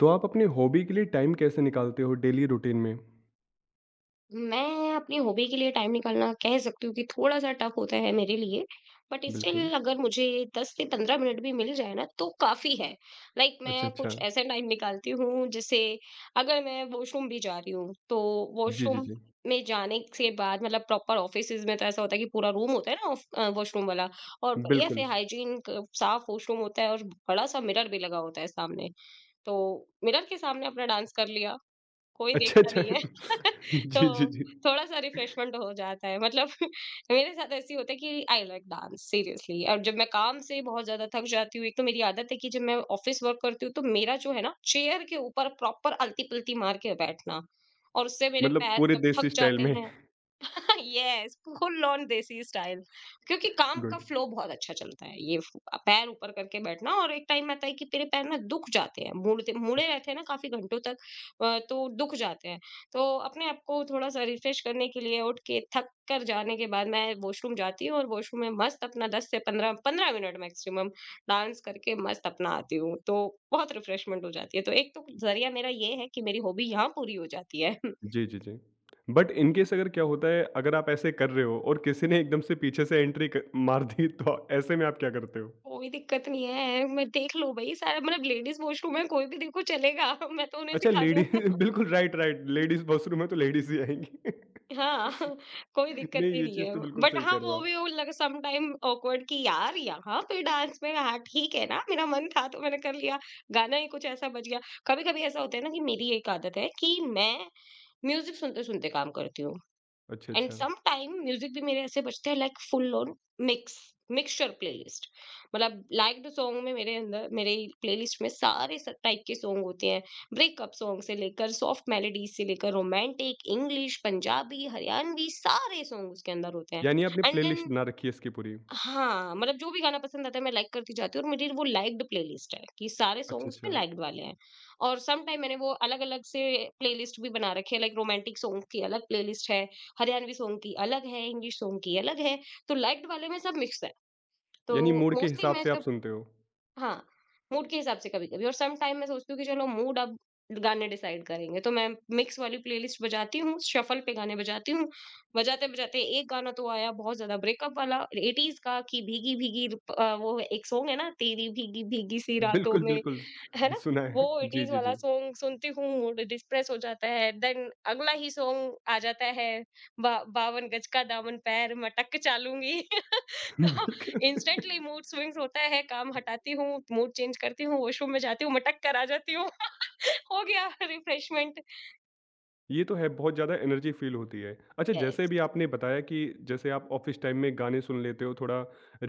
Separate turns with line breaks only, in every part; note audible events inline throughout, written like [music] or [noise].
तो आप अपनी हॉबी के लिए टाइम कैसे निकालते हो डेली रूटीन में?
मैं अपनी हॉबी के लिए टाइम निकालना कह सकती हूँ कि थोड़ा-सा टफ होता है मेरे लिए, बट
बिल्कुल।
स्टिल अगर मुझे 10 से 15 मिनट भी मिल जाए ना तो काफ़ी है। लाइक,
अच्छा,
मैं
अच्छा।
कुछ ऐसा टाइम निकालती हूँ जिसे अगर मैं वॉशरूम भी जा रही हूँ, तो
जी, जी,
वॉशरूम
जी।
में जाने से बाद मतलब प्रॉपर ऑफिसेज़ में तो ऐसा होता है कि पूरा रूम होता है ना ऑफ अ, वॉशरूम वाला, और बढ़िया से
बिल्कुल।
हाइजीन क साफ वॉशरूम होता है, और बड़ा-सा मिरर भी लगा होता है सामने। तो मिरर के सामने अपना डांस कर लिया, कोई
अच्छा,
देखना
अच्छा।
नहीं है। [laughs]
[laughs]
तो
जी, जी, जी।
थोड़ा-सा रिफ्रेशमेंट हो जाता है मतलब। [laughs] मेरे साथ ऐसे ही होता है कि आई लाइक डांस सीरियसली। और जब मैं काम से बहुत ज़्यादा थक जाती हूँ, एक तो मेरी आदत है कि जब मैं ऑफिस वर्क करती हूँ तो मेरा जो है ना, चेयर के ऊपर प्रॉपर आलती-पलती मार के बैठना, और उससे मेरे
मतलब
पैर
पूरे
जब थक
देसी स्टाइल
जाते
में।
हैं। [laughs] Yes, full on desi style. क्योंकि काम का
गुड।
फ्लो बहुत अच्छा चलता है ये पैर ऊपर करके बैठना, और एक टाइम आता है कि तेरे पैर ना दुख जाते हैं, मुड़ते मुड़े रहते हैं ना काफी घंटों तक। तो दुख जाते हैं। तो अपने आप को थोड़ा सा रिफ्रेश करने के लिए उठ के थक कर जाने के बाद मैं वॉशरूम जाती हूँ, और वॉशरूम में मस्त अपना 10 से 15-15 मिनट मैक्सिमम डांस करके मस्त अपना आती हूँ। तो बहुत रिफ्रेशमेंट हो जाती है। तो एक तो जरिया मेरा ये है कि मेरी हॉबी यहाँ पूरी हो जाती है।
जी, जी, जी। बट इन केस अगर क्या होता है, अगर आप ऐसे कर रहे हो और किसी ने एकदम से पीछे से एंट्री क मार दी, [laughs] तो ऐसे में आप क्या करते हो?
कोई दिक्कत नहीं है, मैं देख लो भई सारा, मतलब लेडीज़ वॉशरूम है, कोई भी देखो चलेगा। [laughs] मैं तो उन्हें
अच्छा
सिखा
लेडी
दूँ।
[laughs]
[laughs]
बिल्कुल राइट, राइट। लेडीज़ वॉशरूम है तो लेडीज़ ही आएँगी।
हाँ। [laughs] कोई
[laughs]
दिक्कत
नहीं,
ही
ये
नहीं
चीज़
है।
तो बिल्कुल
बट
सही
हाँ,
कह रहे हो
वो
आप।
भी वो लग सम टाइम ऑकवर्ड कि यार यहाँ पे डांस में, हाँ, ठीक है ना, मेरा मन था तो मैंने कर लिया, गाना ही कुछ ऐसा बज गया। कभी-कभी ऐसा होता है ना कि मेरी एक आदत है कि मैं म्यूज़िक सुनते-सुनते काम करती हूँ।
अच्छा,
एंड
अच्छा।
सम टाइम म्यूजिक भी मेरे ऐसे बजते हैं, like full on mix mixture playlist, मतलब लाइक द सॉन्ग में, मेरे अंदर मेरे प्लेलिस्ट में सारे टाइप के सॉन्ग होते हैं। ब्रेकअप सॉन्ग से लेकर सॉफ्ट मेलोडीज से लेकर रोमांटिक इंग्लिश पंजाबी हरियाणवी सारे सॉन्ग उसके अंदर होते हैं।
यानी आपने
एंड
प्लेलिस्ट
देन
बना रखी है इसकी पूरी।
हाँ, मतलब जो भी गाना पसंद आता है मैं लाइक करती जाती हूँ, और मेरी वो लाइक्ड प्लेलिस्ट है कि सारे सॉन्ग
अच्छा,
उसमें
अच्छा।
लाइक्ड वाले हैं। और सम टाइम मैंने वो अलग-अलग से प्लेलिस्ट भी बना रखी है, लाइक रोमांटिक सॉन्ग की अलग प्लेलिस्ट है, हरियाणवी सॉन्ग की अलग है, इंग्लिश सॉन्ग की अलग है, तो लाइक्ड वाले में सब मिक्स है।
यानी
तो
मूड के
मोस्टली
हिसाब
मैं
से आप
जब,
सुनते हो।
हाँ, मूड के हिसाब से कभी-कभी, और सम टाइम मैं सोचती हूँ कि चलो मूड अब गाने डिसाइड करेंगे, तो मैं मिक्स वाली प्लेलिस्ट बजाती हूँ, शफल पे गाने बजाती हूँ, बजाते-बजाते एक गाना तो आया बहुत ज़्यादा ब्रेकअप वाला 80s का कि भीगी-भीगी वो एक सॉन्ग है ना, तेरी भीगी-भीगी सी रातों
बिल्कुल,
में,
बिल्कुल।
है ना?
[laughs] सुना
वो
है। जी,
80s
जी,
वाला
जी।
सॉन्ग सुनती हूँ, मूड डिप्रेस हो जाता है, देन अगला ही सॉन्ग आ जाता है, बा 52 गज का दामन पैर मटक के चालूँगी।
[laughs]
तो [laughs]
बिल्कुल।
इंस्टेंटली मूड स्विंग्स होता है, काम हटाती हूँ, मूड चेंज करती हूँ, वॉशरूम में जाती हूँ, मटक कर आ जाती हूँ। [laughs] हो गया रिफ्रेशमेंट।
ये तो है बहुत ज़्यादा एनर्जी फ़ील होती है। अच्छा जैसे
यस।
भी आपने बताया कि जैसे आप ऑफ़िस टाइम में गाने सुन लेते हो थोड़ा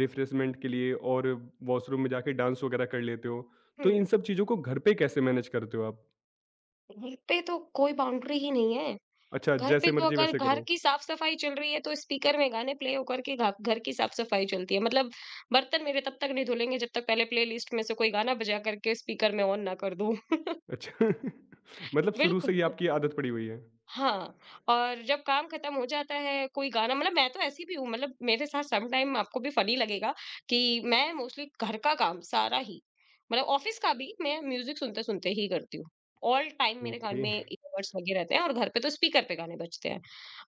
रिफ्रेशमेंट के लिए और वॉशरूम में जाके डांस वगैरह कर लेते हो।
हुँ,
तो इन सब चीज़ों को घर पे कैसे मैनेज करते हो आप?
घर पे तो कोई बाउंड्री ही नहीं है।
अच्छा
घर पे
जैसे
तो
मर्ज़ी
अगर
वैसे
घर
करो।
की साफ-सफाई चल रही है, तो स्पीकर में गाने प्ले होकर के घा घर की साफ-सफाई चलती है। मतलब बर्तन मेरे तब तक नहीं धुलेंगे जब तक पहले प्लेलिस्ट में से कोई गाना बजा करके स्पीकर में ऑन ना कर दूँ। [laughs]
अच्छा [laughs] मतलब शुरू से ही
बिल्कुल।
आपकी आदत पड़ी हुई है।
हाँ। और जब काम खत्म हो जाता है, कोई गाना, मतलब मैं तो ऐसी भी हूँ, मतलब मेरे साथ सम टाइम आपको भी फनी लगेगा कि मैं मोस्टली घर का काम सारा ही, मतलब ऑफिस का भी मैं म्यूजिक सुनते-सुनते ही करती हूँ। ऑल टाइम मेरे कान
ओके।
में ईयरबड्स लगे रहते हैं, और घर पे तो स्पीकर पे गाने बजते हैं।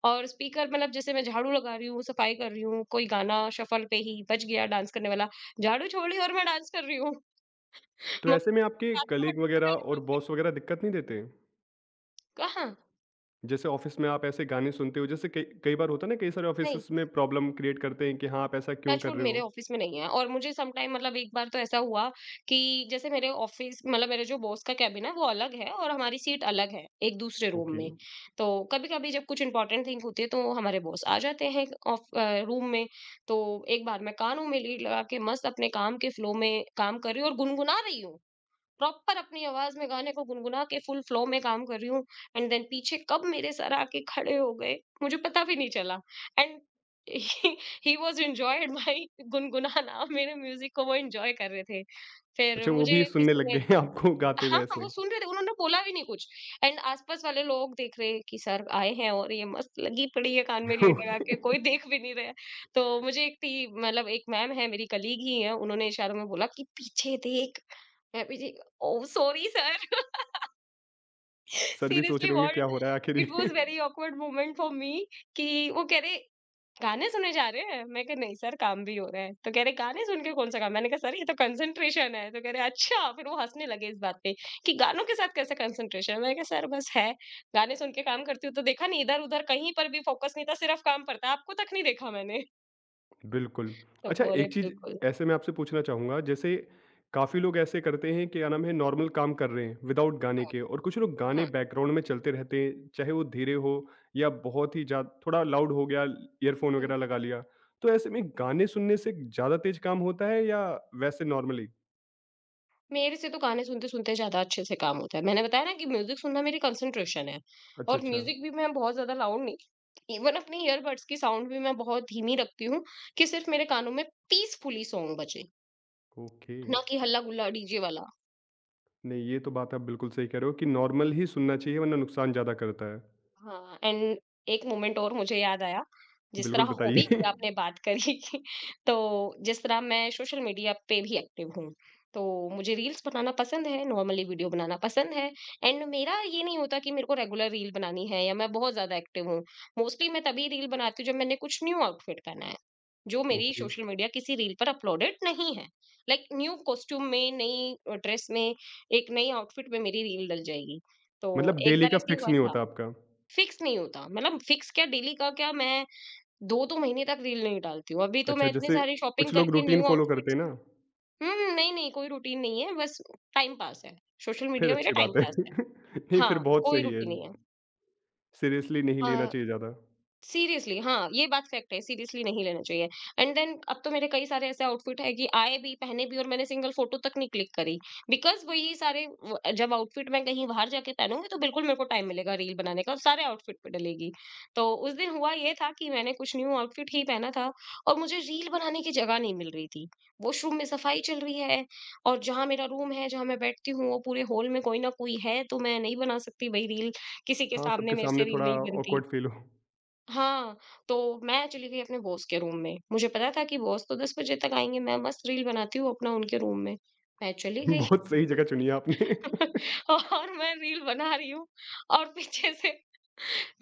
और स्पीकर मतलब जैसे मैं झाड़ू लगा रही हूँ, सफाई कर रही हूँ, कोई गाना शफल पे ही बज गया डांस करने वाला, झाड़ू छोड़ी और मैं डांस कर रही हूँ। [laughs]
तो
मम्मी
ऐसे में आपके
ने बात का
कलीग
बटन दबा
वगैरह
लिया,
और
डांस कर
बॉस
रही
वगैरह दिक्कत नहीं देते?
हूँ। कहाँ?
जैसे ऑफिस में आप ऐसे गाने सुनते हो जैसे कई कई बार होता है ना कई सारे
नहीं।
ऑफिसेस में प्रॉब्लम क्रिएट करते हैं कि हाँ आप ऐसा क्यों कर
टचवुड
रहे
मेरे
हो?
ऑफिस में नहीं है, और मुझे सम टाइम मतलब एक बार तो ऐसा हुआ कि जैसे मेरे ऑफिस, मतलब मेरे जो बॉस का कैबिन है वो अलग है, और हमारी सीट अलग है एक दूसरे रूम
ओके,
में। तो कभी कभी जब कुछ इंपॉर्टेंट थिंग होती है तो हमारे बॉस आ जाते हैं ऑफ रूम में। तो एक बार मैं कानों में लीड लगा के मस्त अपने काम के फ्लो में काम कर रही हूँ और गुनगुना रही हूँ, प्रॉपर अपनी आवाज में गाने को गुनगुना के फुल फ्लो में काम कर रही हूँ, एंड देन पीछे कब मेरे सर आके खड़े हो गए, मुझे पता भी नहीं चला। And he was enjoyed my [laughs] गुनगुनाना, मेरे म्यूजिक को वो एंजॉय कर रहे थे। फिर
अच्छा वो
मुझे
भी सुनने
किसी
लग
ने।
गए हैं आपको
[laughs]
गाते
हाँ
हुए
हाँ, वो
ऐसे?
सुन रहे थे, उन्होंने बोला भी नहीं कुछ। एंड आसपास वाले लोग देख रहे हैं कि सर आए हैं और ये मस्त लगी पड़ी है कान में
[laughs]
लीड लगा
ओके,
के, कोई देख भी नहीं रहा है। तो मुझे एक टी मतलब एक मैम है मेरी कलीग ही है, उन्होंने इशारों में बोला कि पीछे देख। Happy ji. Oh sorry sir.
Sir भी सोच
सीरियसली
रहे होंगे
व्हाट।
क्या हो रहा है आखिर
इट वाज
ये?
Very awkward moment for me कि वो कह रहे गाने सुने जा रहे हैं, मैं कहा नहीं सर काम भी हो रहा है, तो कह रहे गाने सुन के कौन सा काम, मैंने कहा सर ये तो कंसंट्रेशन है, तो कह रहे अच्छा, फिर वो हंसने लगे इस बात पे कि गानों के साथ कैसे कंसंट्रेशन, मैंने कहा सर बस है, गाने सुन के काम करती हूँ तो देखा नहीं इधर उधर, कहीं पर भी फोकस नहीं था सिर्फ काम पर था, आपको तक नहीं देखा मैंने।
बिल्कुल।
तो
अच्छा
बोले
एक चीज़
बिल्कुल,
ऐसे मैं आपसे पूछना चाहूँगा जैसे काफ़ी लोग ऐसे करते हैं कि क्या नाम है नॉर्मल काम कर रहे हैं विदाउट गाने
हाँ
के और कुछ लोग गाने
हाँ।
बैकग्राउंड में चलते रहते हैं चाहे वो धीरे हो या बहुत ही ज़्यादा थोड़ा लाउड हो गया ईयरफोन वगैरह लगा लिया। तो ऐसे में गाने सुनने से ज़्यादा तेज़ काम होता है या वैसे नॉर्मली?
मेरे से तो गाने सुनते-सुनते ज़्यादा अच्छे से काम होता है। मैंने बताया ना कि म्यूज़िक सुनना मेरी कंसंट्रेशन है,
अच्छा,
और
अच्छा।
म्यूज़िक भी मैं बहुत ज़्यादा लाउड नहीं, इवन अपने ईयरबड्स की साउंड भी मैं बहुत धीमी रखती हूँ कि सिर्फ़ मेरे कानों में पीसफुली सॉन्ग बजे,
ओके।
ना कि हल्ला-गुल्ला डीजे वाला।
नहीं ये तो बात आप बिल्कुल सही कह रहे हो कि नॉर्मल ही सुनना चाहिए वरना नुकसान ज़्यादा करता है।
हाँ, एंड एक मोमेंट और मुझे याद आया, जिस तरह
बिल्कुल
हॉबी
बताइए।
की आपने
[laughs]
बात करी। [laughs] तो जिस तरह मैं सोशल मीडिया पे भी एक्टिव हूँ, तो मुझे रील्स बनाना पसंद है, नॉर्मली वीडियो बनाना पसंद है, एंड मेरा ये नहीं होता कि मेरे को रेगुलर रील बनानी है या मैं बहुत ज़्यादा एक्टिव हूँ। मोस्टली मैं तभी रील बनाती हूँ जब मैंने कुछ न्यू आउटफिट पहना है, जो मेरी
ओके।
सोशल मीडिया किसी रील पर अपलोडेड नहीं है। लाइक न्यू कॉस्ट्यूम में, नई ड्रेस में, एक नई आउटफिट में मेरी रील डल जाएगी। तो
मतलब
एक
डेली
बार
का
ऐसे ही
फिक्स
हुआ
नहीं
था।
होता आपका?
फिक्स नहीं होता, मतलब फिक्स क्या, डेली का क्या, मैं 2-2 महीने तक रील नहीं डालती हूँ। अभी तो मैं
अच्छा,
इतनी
जैसे
सारी शॉपिंग
कुछ लोग
करके
रूटीन
न्यू
फ़ॉलो करते
आउटफिट्स।
हैं ना,
हुँ, नहीं, नहीं कोई रूटीन नहीं है, बस टाइम पास है। सोशल
फिर
मीडिया मेरा
अच्छी
टाइम
बात है।
पास
[laughs]
है।
नहीं, फिर
हाँ,
बहुत
कोई
सही है,
रूटीन नहीं है।
सीरियसली नहीं लेना
अ
चाहिए ज़्यादा।
सीरियसली हाँ, ये बात फैक्ट है, सीरियसली नहीं लेना चाहिए। एंड देन अब तो मेरे कई सारे ऐसे आउटफिट हैं कि आए भी, पहने भी, और मैंने सिंगल फोटो तक नहीं क्लिक करी। बिकॉज़ वही सारे व जब आउटफिट मैं कहीं बाहर जाके पहनूँगी तो बिल्कुल मेरे को टाइम मिलेगा रील बनाने का, और सारे आउटफिट पे डलेगी। तो उस दिन हुआ ये था कि मैंने कुछ न्यू आउटफिट ही पहना था, और मुझे रील बनाने की जगह नहीं मिल रही थी। वॉशरूम में सफाई चल रही है, और जहाँ मेरा रूम है, जहाँ मैं बैठती हूँ, वो पूरे हॉल में कोई ना कोई है, तो मैं नहीं बना सकती भाई रील, किसी के
हाँ,
सामने
सबके
मेरे से
सामने
रील
थोड़ा
नहीं बनती।
ऑकवर्ड फ़ील हो।
हाँ, तो मैं चली गई अपने बॉस के रूम में। मुझे पता था कि बॉस तो 10 बजे तक आएँगे, मैं मस्त रील बनाती हूँ अपना उनके रूम में। मैं चली
[laughs]
गई।
बहुत सही जगह चुनी है आपने।
[laughs]
[laughs]
और मैं रील बना रही हूँ और पीछे से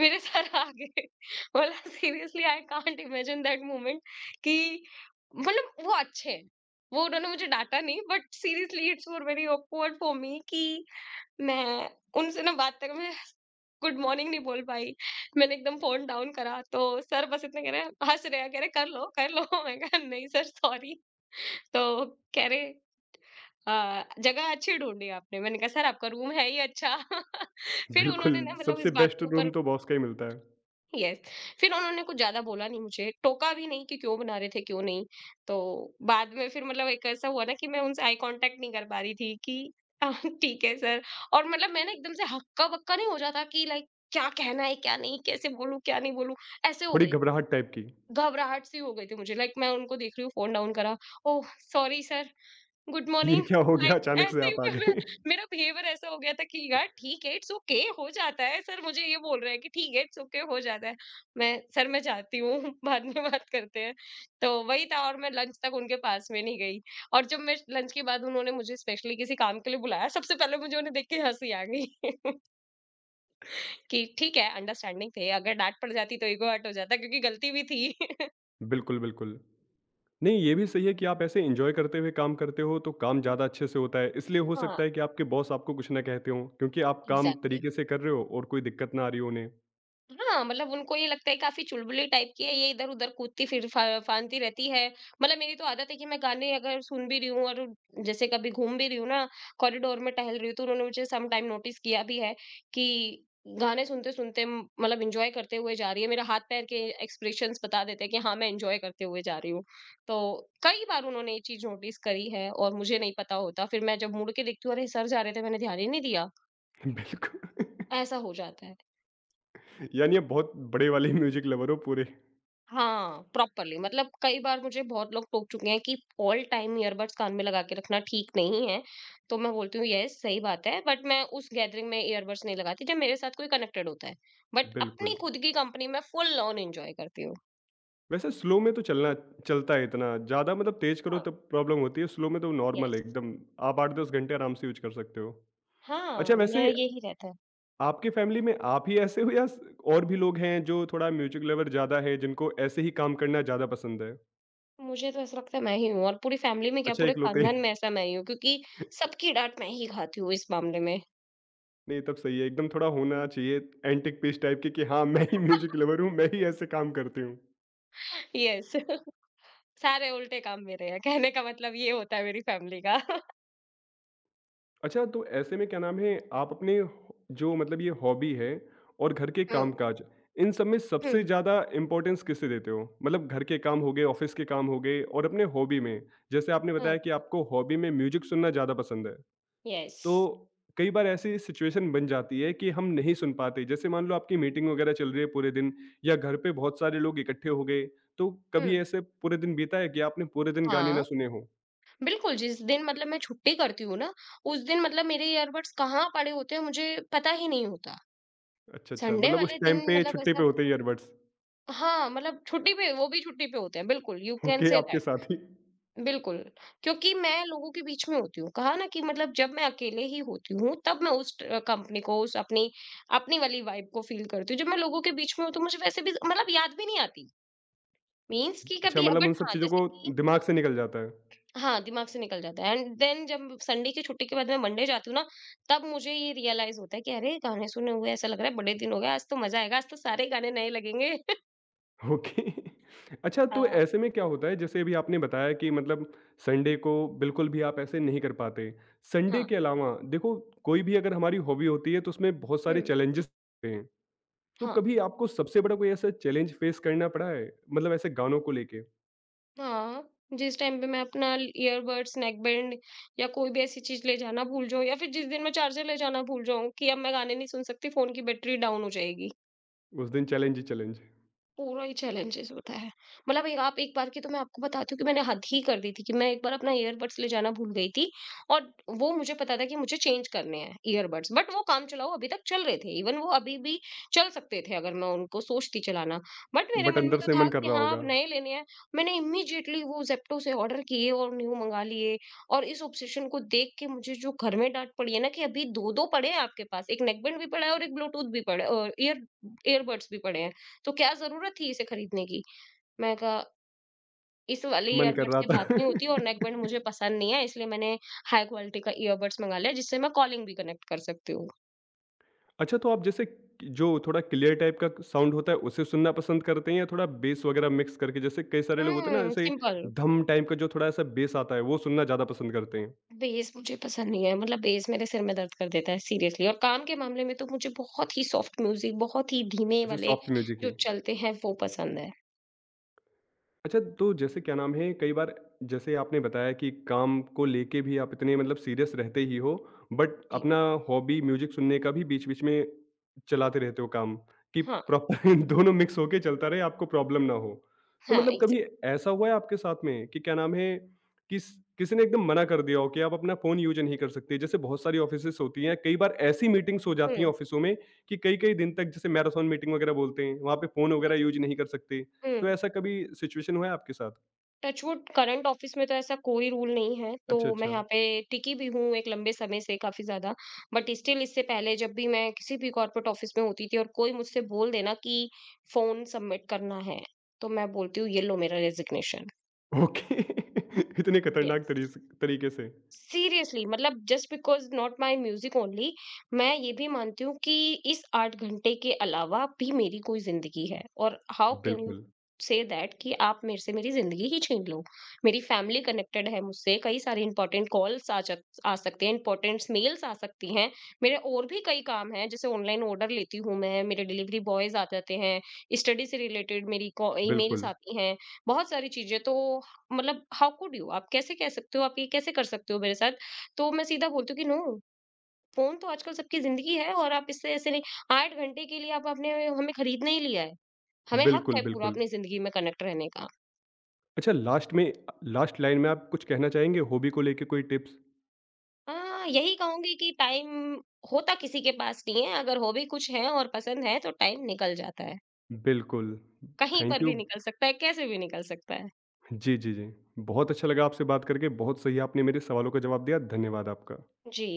मेरे सर [laughs] आ गए। बोला seriously I can't imagine that moment कि, मतलब वो अच्छे हैं। वो उन्होंने मुझे डाँटा नहीं, but seriously it's were very awkward for me कि मैं उनसे ना बात तक, गुड मॉर्निंग नहीं बोल पाई। मैंने एकदम फ़ोन डाउन करा तो सर बस इतना कह रहे हैं, हँस रहे हैं, कह रहे, "कर लो, कर लो।" [laughs] मैं कहा, "नहीं सर सॉरी।" तो कह रहे "जगह अच्छी ढूँढी आपने।" मैंने कहा, "सर आपका रूम है ही अच्छा।" [laughs] फिर
बिल्कुल,
उन्होंने ना मतलब इस
सबसे
बात
बेस्ट
के
रूम
ऊपर,
तो बॉस का ही मिलता है,
यस, फिर उन्होंने कुछ ज़्यादा बोला नहीं मुझे, टोका भी नहीं कि क्यों बना रहे थे, क्यों नहीं। तो बाद में फिर मतलब एक ऐसा हुआ ना कि मैं उनसे आई कॉन्टैक्ट नहीं कर पा रही थी कि [laughs] अ, ठीक है सर। और मतलब मैं ना एकदम से हक्का-बक्का नहीं हो जाता कि लाइक क्या कहना है, क्या नहीं, कैसे बोलूँ, क्या नहीं बोलूँ, ऐसे हो
थोड़ी
गई थी।
घबराहट टाइप की।
घबराहट सी हो गई थी मुझे लाइक मैं उनको देख रही हूँ, फ़ोन डाउन करा, ओह! सॉरी सर, गुड
ये
मॉर्निंग।
क्या हो गया
लाइक
अचानक से
ऐसे
आप आ
ही मैं,
गए? [laughs]
मेरा बिहेवियर ऐसा हो गया था कि यार ठीक है, इट्स ओके हो जाता है। सर मुझे ये बोल रहे हैं कि ठीक है इट्स ओके हो जाता है। मैं, सर मैं जाती हूँ [laughs] बाद में बात करते हैं। तो वही था और मैं लंच तक उनके पास में नहीं गई। और जब मैं लंच के बाद उन्होंने मुझे स्पेशली किसी काम के लिए बुलाया, सबसे पहले मुझे उन्हें देख के हंसी आ गई। [laughs] कि ठीक है, अंडरस्टैंडिंग थे। अगर डांट पड़ जाती तो ईगो हर्ट हो जाता क्योंकि गलती भी थी। [laughs]
बिल्कुल, बिल्कुल। नहीं, ये भी सही है कि आप ऐसे एन्जॉय करते हुए काम करते हो, तो काम ज़्यादा अच्छे से होता है, इसलिए हो
हाँ,
सकता है कि आपके बॉस आपको कुछ ना कहते हों, क्योंकि आप काम
एग्जैक्टली।
तरीके से कर रहे हो और कोई दिक्कत ना आ रही हो उन्हें।
हाँ, मतलब उनको ये लगता है काफ़ी चुलबुली टाइप की है, ये इधर-उधर कूदती फिर फा फांती रहती है। मतलब मेरी तो आदत है कि मैं गाने अगर सुन भी रही हूँ, और जैसे कभी घूम भी रही हूँ ना, कॉरिडोर में टहल रही हूँ, तो उन्होंने मुझे सम टाइम नोटिस किया भी है कि गाने सुनते-सुनते मतलब एन्जॉय करते हुए जा रही है। मेरा हाथ-पैर के एक्सप्रेशंस बता देते हैं कि हाँ, मैं एन्जॉय करते हुए जा रही हूँ। तो कई बार उन्होंने ये चीज़ नोटिस करी है और मुझे नहीं पता होता। फिर मैं जब मुड़ के देखती हूँ, अरे! सर जा रहे थे, मैंने ध्यान ही नहीं दिया।
बिल्कुल।
ऐसा हो जाता है।
[laughs] यानी आप बहुत बड़े वाले म्यूजिक लवर हो पूरे।
हाँ, प्रॉपर्ली मतलब कई बार मुझे बहुत लोग टोक चुके हैं कि ऑल टाइम ईयरबड्स कान में लगा के रखना ठीक नहीं है। तो मैं बोलती हूँ, यस सही बात है, बट मैं उस गैदरिंग में ईयरबड्स नहीं लगाती जब मेरे साथ कोई कनेक्टेड होता है। बट अपनी
बिल्कुल।
खुद की कंपनी में फुल ऑन एन्जॉय करती हूँ।
वैसे स्लो में तो चलना चलता है इतना, ज़्यादा मतलब तेज़ करो
हाँ,
तब प्रॉब्लम होती है, स्लो में तो नॉर्मल है
यस।
एकदम, आप 8-10 घंटे आराम से यूज़ कर सकते हो। अच्छा
हाँ, मैं
वैसे
यही रहता है।
आपकी फ़ैमिली में आप ही ऐसे हो या स और भी लोग हैं जो थोड़ा म्यूजिक लवर ज़्यादा है, जिनको ऐसे ही काम करना ज़्यादा पसंद है?
मुझे तो ऐसा लगता है मैं ही हूँ और पूरी फैमिली में क्या,
अच्छा
पूरे
इकलौते।
खानदान में ऐसा
[laughs]
मैं ही हूँ, क्योंकि सबकी डाँट मैं ही खाती हूँ इस मामले में।
नहीं तब सही है, एकदम थोड़ा होना चाहिए एंटिक पीस टाइप के कि हाँ, मैं ही म्यूजिक
[laughs]
लवर हूँ, मैं ही ऐसे काम करती हूँ।
यस। [laughs] सारे उल्टे काम मेरे हैं, कहने का मतलब ये होता है मेरी फैमिली का।
अच्छा, तो ऐसे में क्या नाम है, आप अपने हो जो मतलब ये हॉबी है और घर के
[laughs]
काम-काज, इन सब में
हुँ।
सबसे ज़्यादा इम्पोर्टेंस किसे देते हो? मतलब घर के काम हो गए, ऑफ़िस के काम हो गए और अपने हॉबी में। जैसे आपने
हुँ,
बताया कि आपको हॉबी में म्यूज़िक सुनना ज़्यादा पसंद है,
यस।
तो कई बार ऐसी सिचुएशन बन जाती है कि हम नहीं सुन पाते। जैसे मान लो आपकी मीटिंग वगैरह चल रही है पूरे दिन या घर पे बहुत सारे लोग इकट्ठे हो गए, तो
हुँ।
कभी ऐसे पूरे दिन बीता है कि आपने पूरे दिन गाने
हाँ,
ना सुने हों?
बिल्कुल, जिस दिन मतलब मैं छुट्टी करती हूँ ना, उस दिन मतलब मेरे ईयरबड्स कहाँ पड़े होते हैं मुझे पता ही नहीं होता।
अच्छा, अच्छा,
संडे
मतलब उस
वाले
टाइम
दिन
पे
मतलब
छुट्टी
ऐसा,
पे होते हैं ईयरबड्स।
हाँ, मतलब छुट्टी पे, वो भी छुट्टी पे होते हैं, बिल्कुल यू कैन
ओके,
से
आपके
दैट।
साथी।
बिल्कुल, क्योंकि मैं लोगों के बीच में होती हूँ। कहा ना कि मतलब जब मैं अकेले ही होती हूँ, तब मैं उस ट कंपनी को, उस अपनी, अपनी वाली वाइब को फ़ील करती हूँ। जब मैं लोगों के बीच में हूँ, तो मुझे वैसे भी मतलब याद भी नहीं आती। मीन्स कि
अच्छा
कभी
मतलब उन
बट
सब
हाँ,
चीज़ों
जैसे कि
को दिमाग से निकल जाता है।
हाँ, दिमाग से निकल जाता है। एंड देन जब संडे की छुट्टी के बाद मैं मंडे जाती हूँ ना, तब मुझे ये रियलाइज़ होता है कि अरे! गाने सुने हुए ऐसा लग रहा है बड़े दिन हो गए, आज तो मज़ा आएगा, आज तो सारे गाने नए लगेंगे। [laughs]
ओके। [laughs] अच्छा तो
हाँ,
ऐसे में क्या होता है जैसे अभी आपने बताया कि मतलब संडे को बिल्कुल भी आप ऐसे नहीं कर पाते।
हाँ,
संडे के अलावा देखो कोई भी अगर हमारी हॉबी होती है तो उसमें बहुत सारे
हुँ,
चैलेंजेस होते हैं। तो
हाँ,
कभी आपको सबसे बड़ा कोई ऐसा चैलेंज फेस करना पड़ा है? मतलब ऐसे गानों को लेके?
हाँ, जिस टाइम पे मैं अपना ईयरबड्स, नेकबैंड या कोई भी ऐसी चीज़ ले जाना भूल जाऊँ, या फिर जिस दिन मैं चार्जर ले जाना भूल जाऊँ कि अब मैं गाने नहीं सुन सकती, फ़ोन की बैटरी डाउन हो जाएगी।
उस दिन चैलेंज ही चैलेंज।
पूरा ही चैलेंजेस होता है। मतलब एक, आप एक बार की तो मैं आपको बताती हूँ कि मैंने हद ही कर दी थी कि मैं एक बार अपना ईयरबड्स ले जाना भूल गई थी, और वो मुझे पता था कि मुझे चेंज करने हैं ईयरबड्स, बट वो काम चलाऊ अभी तक चल रहे थे। इवन वो अभी भी चल सकते थे अगर मैं उनको सोचती चलाना। बट मेरे
बट
मन में
अंदर
तो
से
था
मन कर
कि
रहा
हाँ, अब
होगा।
नए लेने हैं। मैंने इमीडिएटली वो ज़ेप्टो से ऑर्डर किए और न्यू मँगा लिए। और इस ऑब्सेशन को देख के मुझे जो घर में डाँट पड़ी है ना कि अभी 2-2 पड़े हैं आपके पास, एक नेकबैंड भी पड़ा है और एक ब्लूटूथ भी पड़ा है और ईयरबड्स भी पड़े हैं। तो क्या ज़रूरत थी इसे खरीदने की? मैंने कहा, इस वाले
मन कर
ईयरबड्स
रहा
से
था।
बात
[laughs]
नहीं होती और नेकबैंड मुझे पसंद नहीं है, इसलिए मैंने हाई क्वालिटी का ईयरबड्स मँगा लिया जिससे मैं कॉलिंग भी कनेक्ट कर सकती हूँ।
अच्छा, तो आप जैसे जो थोड़ा क्लियर टाइप का साउंड होता है, उसे सुनना पसंद करते हैं या थोड़ा बेस वगैरह मिक्स करके जैसे कई सारे लोग होते हैं ना,
हुँ,
जैसे
सिंपल।
धम टाइप का जो थोड़ा ऐसा बेस आता है, वो सुनना ज़्यादा पसंद करते हैं,
बेस मुझे पसंद नहीं है, मतलब बेस मेरे सिर में दर्द कर देता है सीरियसली। और काम के मामले में तो मुझे बहुत ही सॉफ्ट म्यूज़िक, बहुत ही धीमे
जैसे
वाले
सॉफ्ट म्यूज़िक
जो
ही?
चलते हैं वो पसंद है।
अच्छा, तो जैसे क्या नाम है, कई बार जैसे आपने बताया कि काम को लेके भी आप इतने मतलब सीरियस रहते ही हो, बट
जी।
अपना हॉबी म्यूज़िक सुनने का भी बीच-बीच में चलाते रहते हो काम, कि
हाँ,
प्रॉपर [laughs] दोनों मिक्स होके चलता रहे, आपको प्रॉब्लम ना हो। तो
हाँ,
मतलब
एग्ज़ैक्ट।
कभी ऐसा हुआ है आपके साथ में कि क्या नाम है, किस किसी ने एकदम मना कर दिया हो कि आप अपना फ़ोन यूज़ नहीं कर सकते? जैसे बहुत सारी ऑफ़िसेज़ होती हैं, कई बार ऐसी मीटिंग्स हो जाती हैं
हुँ,
ऑफ़िसों में कि कई-कई दिन तक जैसे मैराथन मीटिंग वगैरह बोलते हैं, वहाँ पे फ़ोन वगैरह
यस,
यूज़ नहीं कर सकते। तो
हुँ।
ऐसा कभी सिचुएशन हुआ है आपके साथ?
टचवुड करंट ऑफिस में तो ऐसा कोई रूल नहीं है, तो
अच्छा,
मैं
अच्छा।
यहाँ पे टिकी भी हूँ एक लंबे समय से काफ़ी ज़्यादा। बट स्टिल इससे पहले जब भी मैं किसी भी कॉर्पोरेट ऑफिस में होती थी और कोई मुझसे बोल देना कि फ़ोन सबमिट करना है, तो मैं बोलती हूँ ये लो मेरा रेज़िग्नेशन।
ओके। [laughs] इतने खतरनाक
यस।
तरीस तरीके से।
सीरियसली मतलब just because not my music only, मैं ये भी मानती हूँ कि इस 8 घंटे के अलावा भी मेरी कोई जिंदगी है और हाउ कैन यू
बिल्कुल,
से दैट कि आप मेरे से मेरी जिंदगी ही छीन लो। मेरी फैमिली कनेक्टेड है मुझसे, कई सारे इंपॉर्टेंट कॉल्स आ सकते हैं, इंपॉर्टेंट मेल्स आ सकती हैं, मेरे और भी कई काम हैं, जैसे ऑनलाइन ऑर्डर लेती हूँ मैं, मेरे डिलीवरी बॉयज आ जाते हैं, स्टडी से रिलेटेड मेरी ईमेल्स
बिल्कुल,
आती हैं, बहुत सारी चीजें। तो मतलब हाउ कुड यू, आप कैसे कह सकते हो, आप ये कैसे कर सकते हो मेरे साथ? तो मैं सीधा बोलती हूँ कि नो, फ़ोन तो आजकल सबकी ज़िंदगी है और आप इससे ऐसे नहीं, 8 घंटे के लिए आप, आपने हमें खरीद नहीं लिया है। हमें हक है पूरा
बिल्कुल।
अपनी ज़िंदगी में कनेक्ट रहने का।
अच्छा लास्ट में लास्ट लाइन में आप कुछ कहना चाहेंगे हॉबी को लेके कोई टिप्स?
हाँ, यही कहूँगी कि टाइम होता किसी के पास नहीं है, अगर हॉबी कुछ है और पसंद है तो टाइम निकल जाता है।
बिल्कुल,
कहीं
थैंक
पर
यू।
भी निकल सकता है, कैसे भी निकल सकता है।
जी, जी, जी। बहुत अच्छा लगा आपसे बात करके, बहुत सही आपने मेरे सवालों का जवाब दिया, धन्यवाद आपका।
जी।